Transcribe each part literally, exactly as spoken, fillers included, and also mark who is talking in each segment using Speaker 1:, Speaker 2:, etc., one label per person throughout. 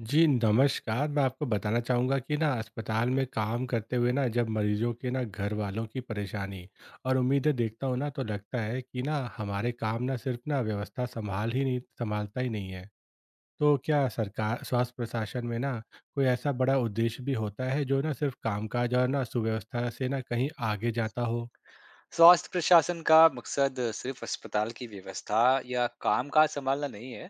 Speaker 1: जी, नमस्कार। मैं आपको बताना चाहूँगा कि ना अस्पताल में काम करते हुए ना जब मरीज़ों के ना घरवालों की परेशानी और उम्मीदें देखता हूँ ना तो लगता है कि ना हमारे काम ना सिर्फ़ ना व्यवस्था सँभाल ही नहीं सँभालता ही नहीं है। तो क्या सरकार स्वास्थ्य प्रशासन में ना कोई ऐसा बड़ा उद्देश्य भी होता है जो ना सिर्फ़ कामकाज और ना सुव्यवस्था से ना कहीं आगे जाता हो?
Speaker 2: स्वास्थ्य प्रशासन का मकसद सिर्फ अस्पताल की व्यवस्था या कामकाज संभालना नहीं है,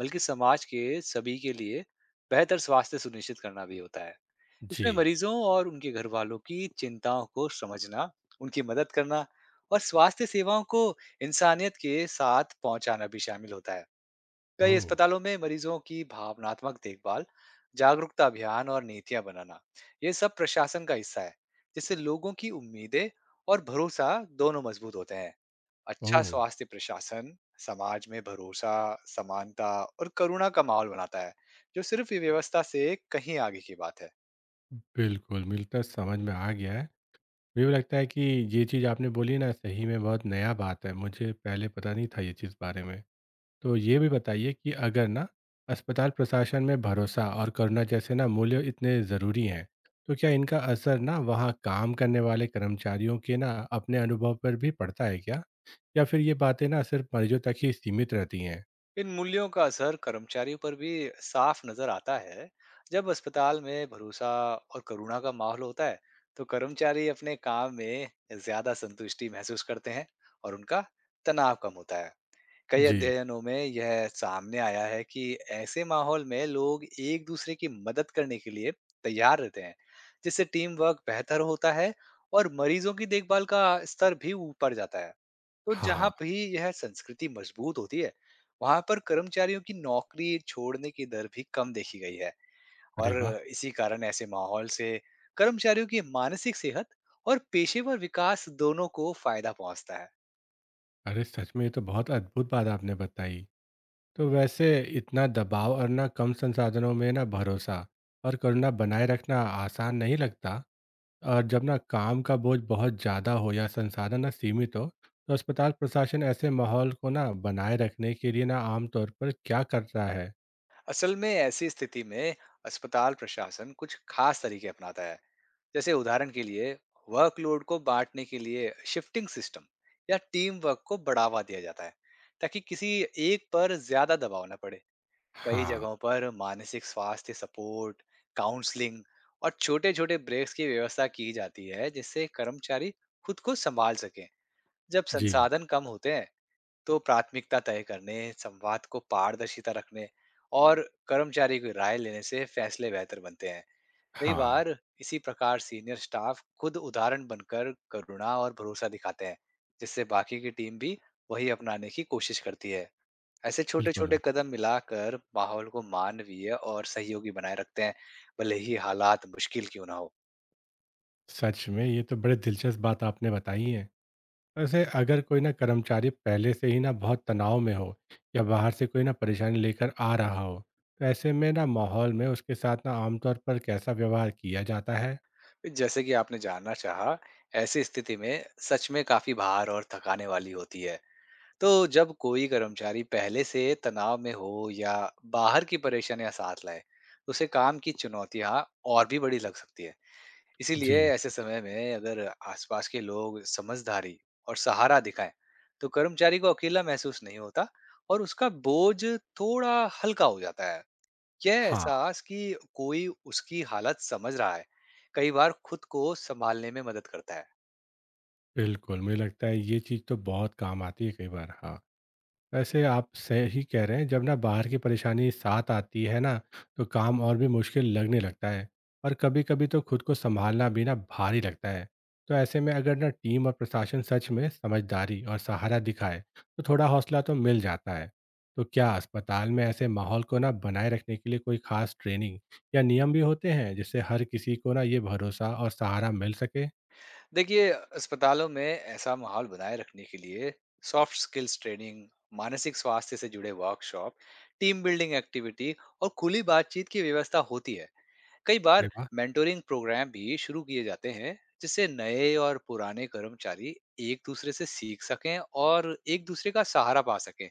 Speaker 2: बल्कि समाज के सभी के लिए बेहतर स्वास्थ्य सुनिश्चित करना भी होता है।
Speaker 1: जी।
Speaker 2: इसमें मरीजों और उनके घर वालों की चिंताओं को समझना, उनकी मदद करना और स्वास्थ्य सेवाओं को इंसानियत के साथ पहुंचाना भी शामिल होता है। कई
Speaker 1: ओह!
Speaker 2: अस्पतालों में मरीजों की भावनात्मक देखभाल, जागरूकता अभियान और नीतियां बनाना, ये सब प्रशासन का हिस्सा है, जिससे लोगों की उम्मीदें और भरोसा दोनों मजबूत होते हैं। अच्छा
Speaker 1: ओह!
Speaker 2: स्वास्थ्य प्रशासन समाज में भरोसा, समानता और करुणा का माहौल बनाता है, जो सिर्फ ये व्यवस्था से कहीं आगे की बात है।
Speaker 1: बिल्कुल, मिलता समझ में आ गया है। मुझे भी लगता है कि ये चीज़ आपने बोली ना सही में बहुत नया बात है, मुझे पहले पता नहीं था ये चीज़ बारे में। तो ये भी बताइए कि अगर ना अस्पताल प्रशासन में भरोसा और करुणा जैसे ना मूल्य इतने ज़रूरी हैं, तो क्या इनका असर ना वहाँ काम करने वाले कर्मचारियों के ना अपने अनुभव पर भी पड़ता है क्या, या फिर ये बातें ना सिर्फ मरीजों तक ही सीमित रहती हैं?
Speaker 2: इन मूल्यों का असर कर्मचारियों पर भी साफ नजर आता है। जब अस्पताल में भरोसा और करुणा का माहौल होता है, तो कर्मचारी अपने काम में ज्यादा संतुष्टि महसूस करते हैं और उनका तनाव कम होता है। कई
Speaker 1: जी।
Speaker 2: अध्ययनों में यह सामने आया है कि ऐसे माहौल में लोग एक दूसरे की मदद करने के लिए तैयार रहते हैं, जिससे टीम वर्क बेहतर होता है और मरीजों की देखभाल का स्तर भी ऊपर जाता है। तो जहाँ
Speaker 1: हाँ।
Speaker 2: भी यह संस्कृति मजबूत होती है, वहां पर कर्मचारियों की नौकरी छोड़ने की दर भी कम देखी गई है।
Speaker 1: अरे
Speaker 2: और
Speaker 1: वाह।
Speaker 2: इसी कारण ऐसे माहौल से कर्मचारियों की मानसिक सेहत और पेशेवर विकास दोनों को फायदा पहुंचता है।
Speaker 1: अरे सच में ये तो बहुत अद्भुत बात आपने बताई। तो वैसे इतना दबाव और ना कम संसाधनों में ना भरोसा और करुणा बनाए रखना आसान नहीं लगता। और जब ना काम का बोझ बहुत ज़्यादा हो या संसाधन ना सीमित हो, तो अस्पताल प्रशासन ऐसे माहौल को ना बनाए रखने के लिए ना आमतौर पर क्या करता है?
Speaker 2: असल में ऐसी स्थिति में अस्पताल प्रशासन कुछ खास तरीके अपनाता है, जैसे उदाहरण के लिए वर्कलोड को बांटने के लिए शिफ्टिंग सिस्टम या टीम वर्क को बढ़ावा दिया जाता है, ताकि किसी एक पर ज्यादा दबाव ना पड़े। कई
Speaker 1: हाँ।
Speaker 2: जगहों पर मानसिक स्वास्थ्य सपोर्ट, काउंसलिंग और छोटे छोटे ब्रेक्स की व्यवस्था की जाती है, जिससे कर्मचारी खुद को संभाल सकें। जब
Speaker 1: जी।
Speaker 2: संसाधन कम होते हैं, तो प्राथमिकता तय करने, संवाद को पारदर्शिता रखने और कर्मचारी की राय लेने से फैसले बेहतर बनते हैं। कई
Speaker 1: हाँ।
Speaker 2: बार इसी प्रकार सीनियर स्टाफ खुद उदाहरण बनकर करुणा और भरोसा दिखाते हैं, जिससे बाकी की टीम भी वही अपनाने की कोशिश करती है। ऐसे छोटे-छोटे
Speaker 1: बिल्कुल।
Speaker 2: कदम मिलाकर माहौल को मानवीय और सहयोगी बनाए रखते हैं, भले ही हालात मुश्किल क्यों ना हो।
Speaker 1: सच में ये तो बड़े दिलचस्प बात आपने बताई है। वैसे अगर कोई ना कर्मचारी पहले से ही ना बहुत तनाव में हो, या बाहर से कोई ना परेशानी लेकर आ रहा हो, तो ऐसे में ना माहौल में उसके साथ ना आमतौर पर कैसा व्यवहार किया जाता है?
Speaker 2: जैसे कि आपने जानना चाहा, ऐसी स्थिति में सच में काफी भार और थकाने वाली होती है। तो जब कोई कर्मचारी पहले से तनाव में हो या बाहर की परेशानियां साथ लाए, तो उसे काम की चुनौतियां और भी बड़ी लग सकती है। इसीलिए
Speaker 1: जी।
Speaker 2: ऐसे समय में अगर आसपास के लोग समझदारी और सहारा दिखाएं, तो कर्मचारी को अकेला महसूस नहीं होता और उसका बोझ थोड़ा हल्का हो जाता है। यह
Speaker 1: हाँ।
Speaker 2: एहसास कि कोई उसकी हालत समझ रहा है, कई बार खुद को संभालने में मदद करता है।
Speaker 1: बिल्कुल, मुझे लगता है ये चीज़ तो बहुत काम आती है कई बार। हाँ, वैसे आप सही कह रहे हैं, जब ना बाहर की परेशानी साथ आती है ना, तो काम और भी मुश्किल लगने लगता है, और कभी कभी तो खुद को संभालना भी ना भारी लगता है। तो ऐसे में अगर ना टीम और प्रशासन सच में समझदारी और सहारा दिखाए, तो थोड़ा हौसला तो मिल जाता है। तो क्या अस्पताल में ऐसे माहौल को ना बनाए रखने के लिए कोई खास ट्रेनिंग या नियम भी होते हैं, जिससे हर किसी को ना ये भरोसा और सहारा मिल सके?
Speaker 2: देखिए, अस्पतालों में ऐसा माहौल बनाए रखने के लिए सॉफ्ट स्किल्स ट्रेनिंग, मानसिक स्वास्थ्य से जुड़े वर्कशॉप, टीम बिल्डिंग एक्टिविटी और खुली बातचीत की व्यवस्था होती है। कई बार
Speaker 1: अरे वाह।
Speaker 2: मेंटोरिंग प्रोग्राम भी शुरू किए जाते हैं, जिससे नए और पुराने कर्मचारी एक दूसरे से सीख सकें और एक दूसरे का सहारा पा सकें।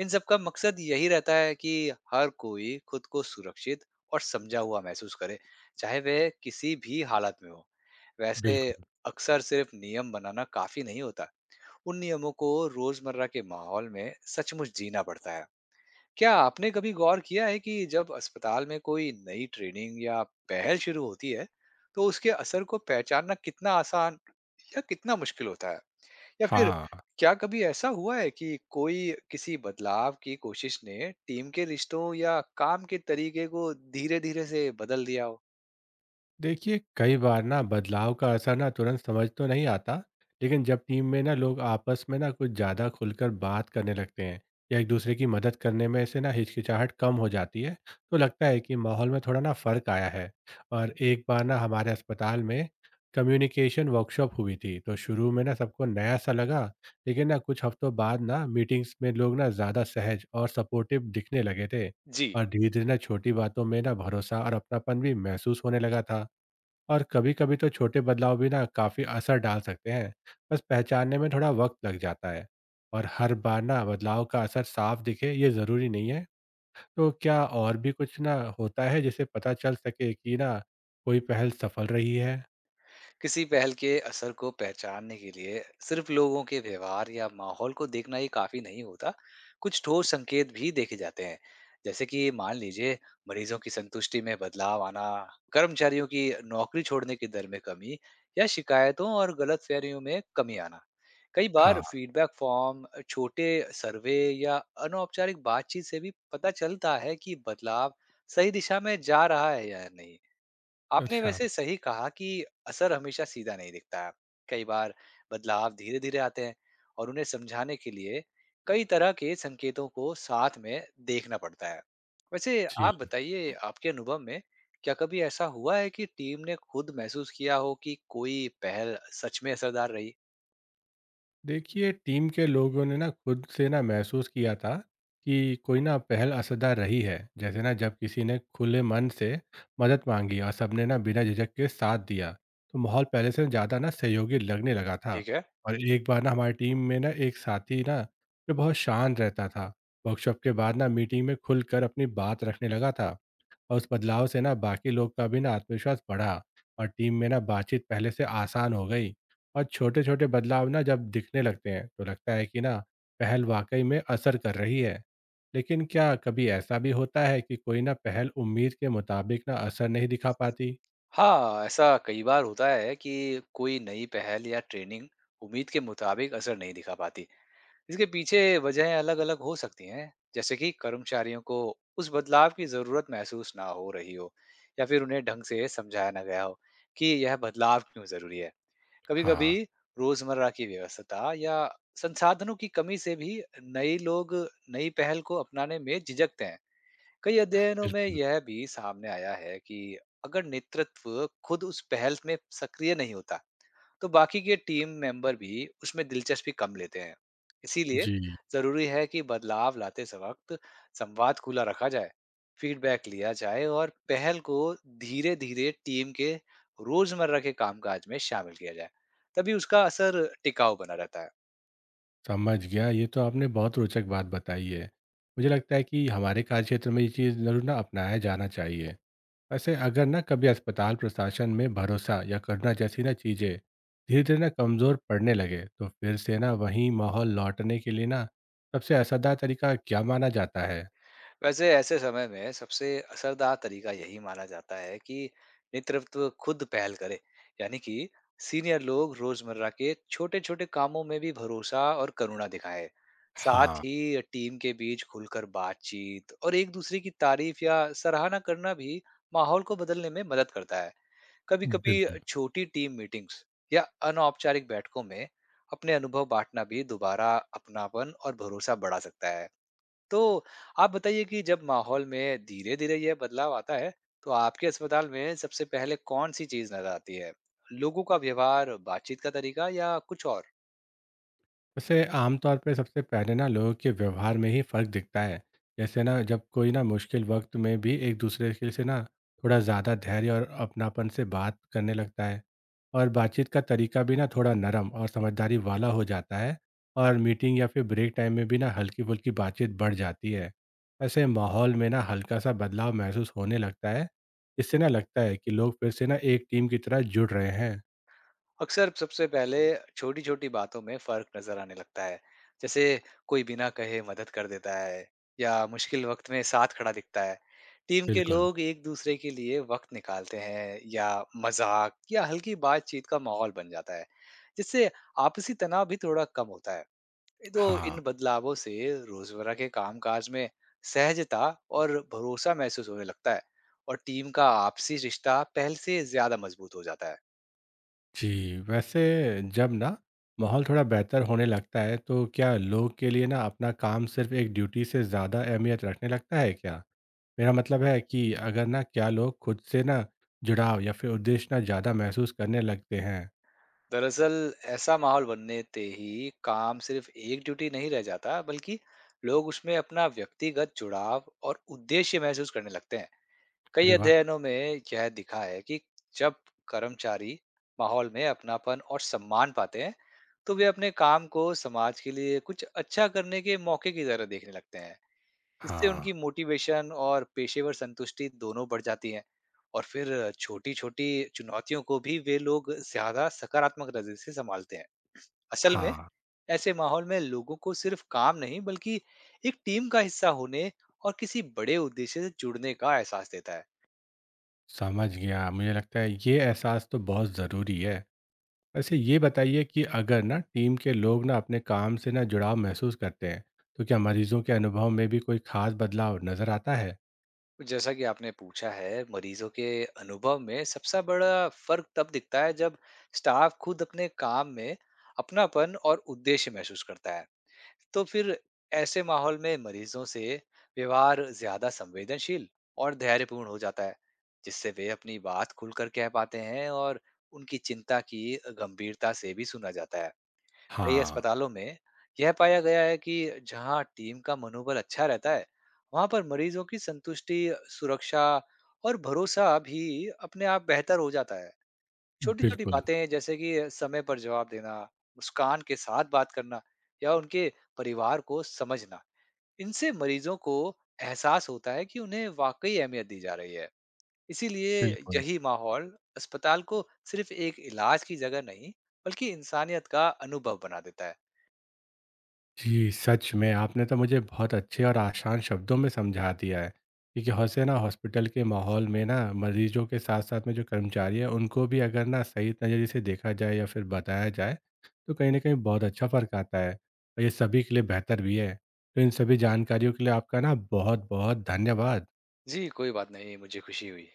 Speaker 2: इन सब का मकसद यही रहता है कि हर कोई खुद को सुरक्षित और समझा हुआ महसूस करे, चाहे वह किसी भी हालत में हो। वैसे,
Speaker 1: बिल्कुल।
Speaker 2: अक्सर सिर्फ नियम बनाना काफी नहीं होता, उन नियमों को रोजमर्रा के माहौल में सचमुच जीना पड़ता है। क्या आपने कभी गौर किया है कि जब अस्पताल में कोई नई ट्रेनिंग या पहल शुरू होती है, तो उसके असर को पहचानना कितना आसान या कितना मुश्किल होता है? या फिर
Speaker 1: हाँ,
Speaker 2: क्या कभी ऐसा हुआ है कि कोई किसी बदलाव की कोशिश ने टीम के रिश्तों या काम के तरीके को धीरे-धीरे से बदल दिया हो?
Speaker 1: देखिए कई बार ना बदलाव का असर ना तुरंत समझ तो नहीं आता, लेकिन जब टीम में ना लोग आपस में ना कुछ ज़्यादा खुलकर बात करने लगते हैं, या एक दूसरे की मदद करने में से ना हिचकिचाहट कम हो जाती है, तो लगता है कि माहौल में थोड़ा ना फर्क आया है। और एक बार ना हमारे अस्पताल में कम्युनिकेशन वर्कशॉप हुई थी, तो शुरू में ना सबको नया सा लगा, लेकिन ना कुछ हफ्तों बाद ना मीटिंग्स में लोग ना ज़्यादा सहज और सपोर्टिव दिखने लगे थे।
Speaker 2: जी,
Speaker 1: और धीरे धीरे ना छोटी बातों में ना भरोसा और अपनापन भी महसूस होने लगा था। और कभी-कभी तो छोटे बदलाव भी ना काफ़ी असर डाल सकते हैं, बस पहचानने में थोड़ा वक़्त लग जाता है। और हर बार ना बदलाव का असर साफ दिखे ये ज़रूरी नहीं है। तो क्या और भी कुछ ना होता है जिससे पता चल सके कि ना कोई पहल सफल रही है?
Speaker 2: किसी पहल के असर को पहचानने के लिए सिर्फ लोगों के व्यवहार या माहौल को देखना ही काफी नहीं होता, कुछ ठोस संकेत भी देखे जाते हैं। जैसे कि मान लीजिए, मरीजों की संतुष्टि में बदलाव आना, कर्मचारियों की नौकरी छोड़ने की दर में कमी या शिकायतों और गलतफहमियों में कमी आना। कई बार
Speaker 1: हाँ।
Speaker 2: फीडबैक फॉर्म, छोटे सर्वे या अनौपचारिक बातचीत से भी पता चलता है कि बदलाव सही दिशा में जा रहा है या नहीं। आपने
Speaker 1: अच्छा।
Speaker 2: वैसे सही कहा कि असर हमेशा सीधा नहीं दिखता है। कई बार बदलाव धीरे धीरे आते हैं और उन्हें समझाने के लिए कई तरह के संकेतों को साथ में देखना पड़ता है। वैसे,
Speaker 1: जी।
Speaker 2: आप बताइए, आपके अनुभव में क्या कभी ऐसा हुआ है कि टीम ने खुद महसूस किया हो कि कोई पहल सच में असरदार रही?
Speaker 1: देखिए टीम के लोगों ने ना खुद से ना महसूस किया था कि कोई ना पहल असरदार रही है। जैसे ना जब किसी ने खुले मन से मदद मांगी और सबने ना बिना झिझक के साथ दिया, तो माहौल पहले से ज़्यादा ना सहयोगी लगने लगा था।
Speaker 2: ठीक है।
Speaker 1: और एक बार ना हमारी टीम में ना एक साथी ना, जो बहुत शांत रहता था, वर्कशॉप के बाद ना मीटिंग में खुलकर अपनी बात रखने लगा था। और उस बदलाव से ना बाकी लोग का भी ना आत्मविश्वास बढ़ा, और टीम में ना बातचीत पहले से आसान हो गई। और छोटे-छोटे बदलाव ना जब दिखने लगते हैं, तो लगता है कि ना पहल वाक़ई में असर कर रही है। लेकिन क्या कभी ऐसा भी होता है कि कोई ना पहल उम्मीद के मुताबिक ना असर नहीं दिखा पाती?
Speaker 2: हाँ, ऐसा कई बार होता है कि कोई नई पहल या ट्रेनिंग उम्मीद के मुताबिक असर नहीं दिखा पाती। इसके पीछे वजहें अलग-अलग हो सकती हैं, जैसे कि कर्मचारियों को उस बदलाव की ज़रूरत महसूस ना हो रही हो या फिर उन्हें ढंग से समझाया ना गया हो कि यह बदलाव क्यों ज़रूरी है। कभी-कभी
Speaker 1: हाँ।
Speaker 2: रोज़मर्रा की व्यस्तता या संसाधनों की कमी से भी नए लोग नई पहल को अपनाने में झिझकते हैं। कई अध्ययनों में
Speaker 1: बिल्कुल।
Speaker 2: यह भी सामने आया है कि अगर नेतृत्व खुद उस पहल में सक्रिय नहीं होता, तो बाकी के टीम मेंबर भी उसमें दिलचस्पी कम लेते हैं। इसीलिए
Speaker 1: जी।
Speaker 2: जरूरी है कि बदलाव लाते वक्त संवाद खुला रखा जाए, फीडबैक लिया जाए और पहल को धीरे धीरे टीम के रोजमर्रा के कामकाज में शामिल किया जाए। तभी उसका असर टिकाऊ बना रहता है।
Speaker 1: समझ गया, ये तो आपने बहुत रोचक बात बताई है। मुझे लगता है कि हमारे कार्यक्षेत्र में ये चीज़ ज़रूर ना अपनाया जाना चाहिए। वैसे अगर ना कभी अस्पताल प्रशासन में भरोसा या करुणा जैसी ना चीजें धीरे धीरे ना कमजोर पड़ने लगे, तो फिर से ना वही माहौल लौटने के लिए ना सबसे असरदार तरीका क्या माना जाता है?
Speaker 2: वैसे, ऐसे समय में सबसे असरदार तरीका यही माना जाता है कि नेतृत्व खुद पहल करे, यानी कि सीनियर लोग रोजमर्रा के छोटे छोटे कामों में भी भरोसा और करुणा दिखाएं। साथ
Speaker 1: हाँ।
Speaker 2: ही टीम के बीच खुलकर बातचीत और एक दूसरे की तारीफ या सराहना करना भी माहौल को बदलने में मदद करता है। कभी कभी
Speaker 1: बिल्कुल।
Speaker 2: छोटी टीम मीटिंग्स या अनौपचारिक बैठकों में अपने अनुभव बांटना भी दोबारा अपनापन और भरोसा बढ़ा सकता है। तो आप बताइए कि जब माहौल में धीरे-धीरे यह बदलाव आता है, तो आपके अस्पताल में सबसे पहले कौन-सी चीज़ नज़र आती है? लोगों का व्यवहार, बातचीत का तरीका या कुछ और?
Speaker 1: वैसे आमतौर पे सबसे पहले ना लोगों के व्यवहार में ही फर्क दिखता है। जैसे ना जब कोई ना मुश्किल वक्त में भी एक दूसरे के से ना थोड़ा ज़्यादा धैर्य और अपनापन से बात करने लगता है, और बातचीत का तरीका भी ना थोड़ा नरम और समझदारी वाला हो जाता है, और मीटिंग या फिर ब्रेक टाइम में भी ना हल्की फुल्की बातचीत बढ़ जाती है। ऐसे माहौल में ना हल्का सा बदलाव महसूस होने लगता है। इससे ना लगता है कि लोग फिर से ना एक टीम की तरह जुड़ रहे हैं।
Speaker 2: अक्सर सबसे पहले छोटी-छोटी बातों में फ़र्क नज़र आने लगता है, जैसे कोई बिना कहे मदद कर देता है या मुश्किल वक़्त में साथ खड़ा दिखता है। टीम के
Speaker 1: बिल्कुल।
Speaker 2: लोग एक-दूसरे के लिए वक़्त निकालते हैं या मज़ाक या हल्की बातचीत का माहौल बन जाता है, जिससे आपसी तनाव भी थोड़ा कम होता है। ये तो,
Speaker 1: हाँ।
Speaker 2: इन बदलावों से रोजमर्रा के कामकाज में सहजता और भरोसा महसूस होने लगता है और टीम का आपसी रिश्ता पहले से ज्यादा मजबूत हो जाता है।
Speaker 1: जी, वैसे जब ना माहौल थोड़ा बेहतर होने लगता है, तो क्या लोग के लिए ना अपना काम सिर्फ एक ड्यूटी से ज़्यादा अहमियत रखने लगता है क्या? मेरा मतलब है कि अगर ना क्या लोग खुद से ना जुड़ाव या फिर उद्देश्य ना ज़्यादा महसूस करने लगते हैं।
Speaker 2: दरअसल, ऐसा माहौल बनने ते ही काम सिर्फ एक ड्यूटी नहीं रह जाता, बल्कि लोग उसमें अपना व्यक्तिगत जुड़ाव और उद्देश्य महसूस करने लगते हैं। कई
Speaker 1: अरे वाह!
Speaker 2: अध्ययनों में यह दिखा है कि जब कर्मचारी माहौल में अपनापन और सम्मान पाते हैं, तो वे अपने काम को समाज के लिए कुछ अच्छा करने के मौके की तरह देखने लगते हैं। इससे
Speaker 1: हाँ।
Speaker 2: उनकी मोटिवेशन और पेशेवर संतुष्टि दोनों बढ़ जाती है और फिर छोटी छोटी चुनौतियों को भी वे लोग ज्यादा सकारात्मक नजर से संभालते हैं। असल में
Speaker 1: हाँ,
Speaker 2: ऐसे माहौल में लोगों को सिर्फ काम नहीं, बल्कि एक टीम का हिस्सा होने और किसी बड़े उद्देश्य से जुड़ने का एहसास देता है।
Speaker 1: समझ गया। मुझे लगता है ये एहसास तो बहुत ज़रूरी है। वैसे ये बताइए कि अगर ना टीम के लोग ना अपने काम से ना जुड़ाव महसूस करते हैं, तो क्या मरीजों के अनुभव में भी कोई खास बदलाव नज़र आता है?
Speaker 2: जैसा कि आपने पूछा है, मरीजों के अनुभव में सबसे बड़ा फर्क तब दिखता है जब स्टाफ खुद अपने काम में अपनापन और उद्देश्य महसूस करता है। तो फिर ऐसे माहौल में मरीजों से व्यवहार ज्यादा संवेदनशील और धैर्यपूर्ण हो जाता है, जिससे वे अपनी बात खुलकर कह पाते हैं और उनकी चिंता की गंभीरता से भी सुना जाता है। कई
Speaker 1: हाँ।
Speaker 2: अस्पतालों में यह पाया गया है कि जहां टीम का मनोबल अच्छा रहता है, वहां पर मरीजों की संतुष्टि, सुरक्षा और भरोसा भी अपने आप बेहतर हो जाता है। छोटी-छोटी
Speaker 1: बिल्कुल,
Speaker 2: बातें जैसे कि समय पर जवाब देना, मुस्कान के साथ बात करना या उनके परिवार को समझना, इनसे मरीजों को एहसास होता है कि उन्हें वाकई अहमियत दी जा रही है। इसीलिए
Speaker 1: बिल्कुल।
Speaker 2: यही माहौल अस्पताल को सिर्फ एक इलाज की जगह नहीं, बल्कि इंसानियत का अनुभव बना देता है।
Speaker 1: जी, सच में आपने तो मुझे बहुत अच्छे और आसान शब्दों में समझा दिया है, क्योंकि वैसे ना हॉस्पिटल के माहौल में ना मरीजों के साथ-साथ में जो कर्मचारी हैं, उनको भी अगर ना सही नज़रिए से देखा जाए या फिर बताया जाए, तो कहीं न कहीं बहुत अच्छा फ़र्क आता है और ये सभी के लिए बेहतर भी है। तो इन सभी जानकारियों के लिए आपका ना बहुत-बहुत धन्यवाद।
Speaker 2: जी, कोई बात नहीं, मुझे खुशी हुई।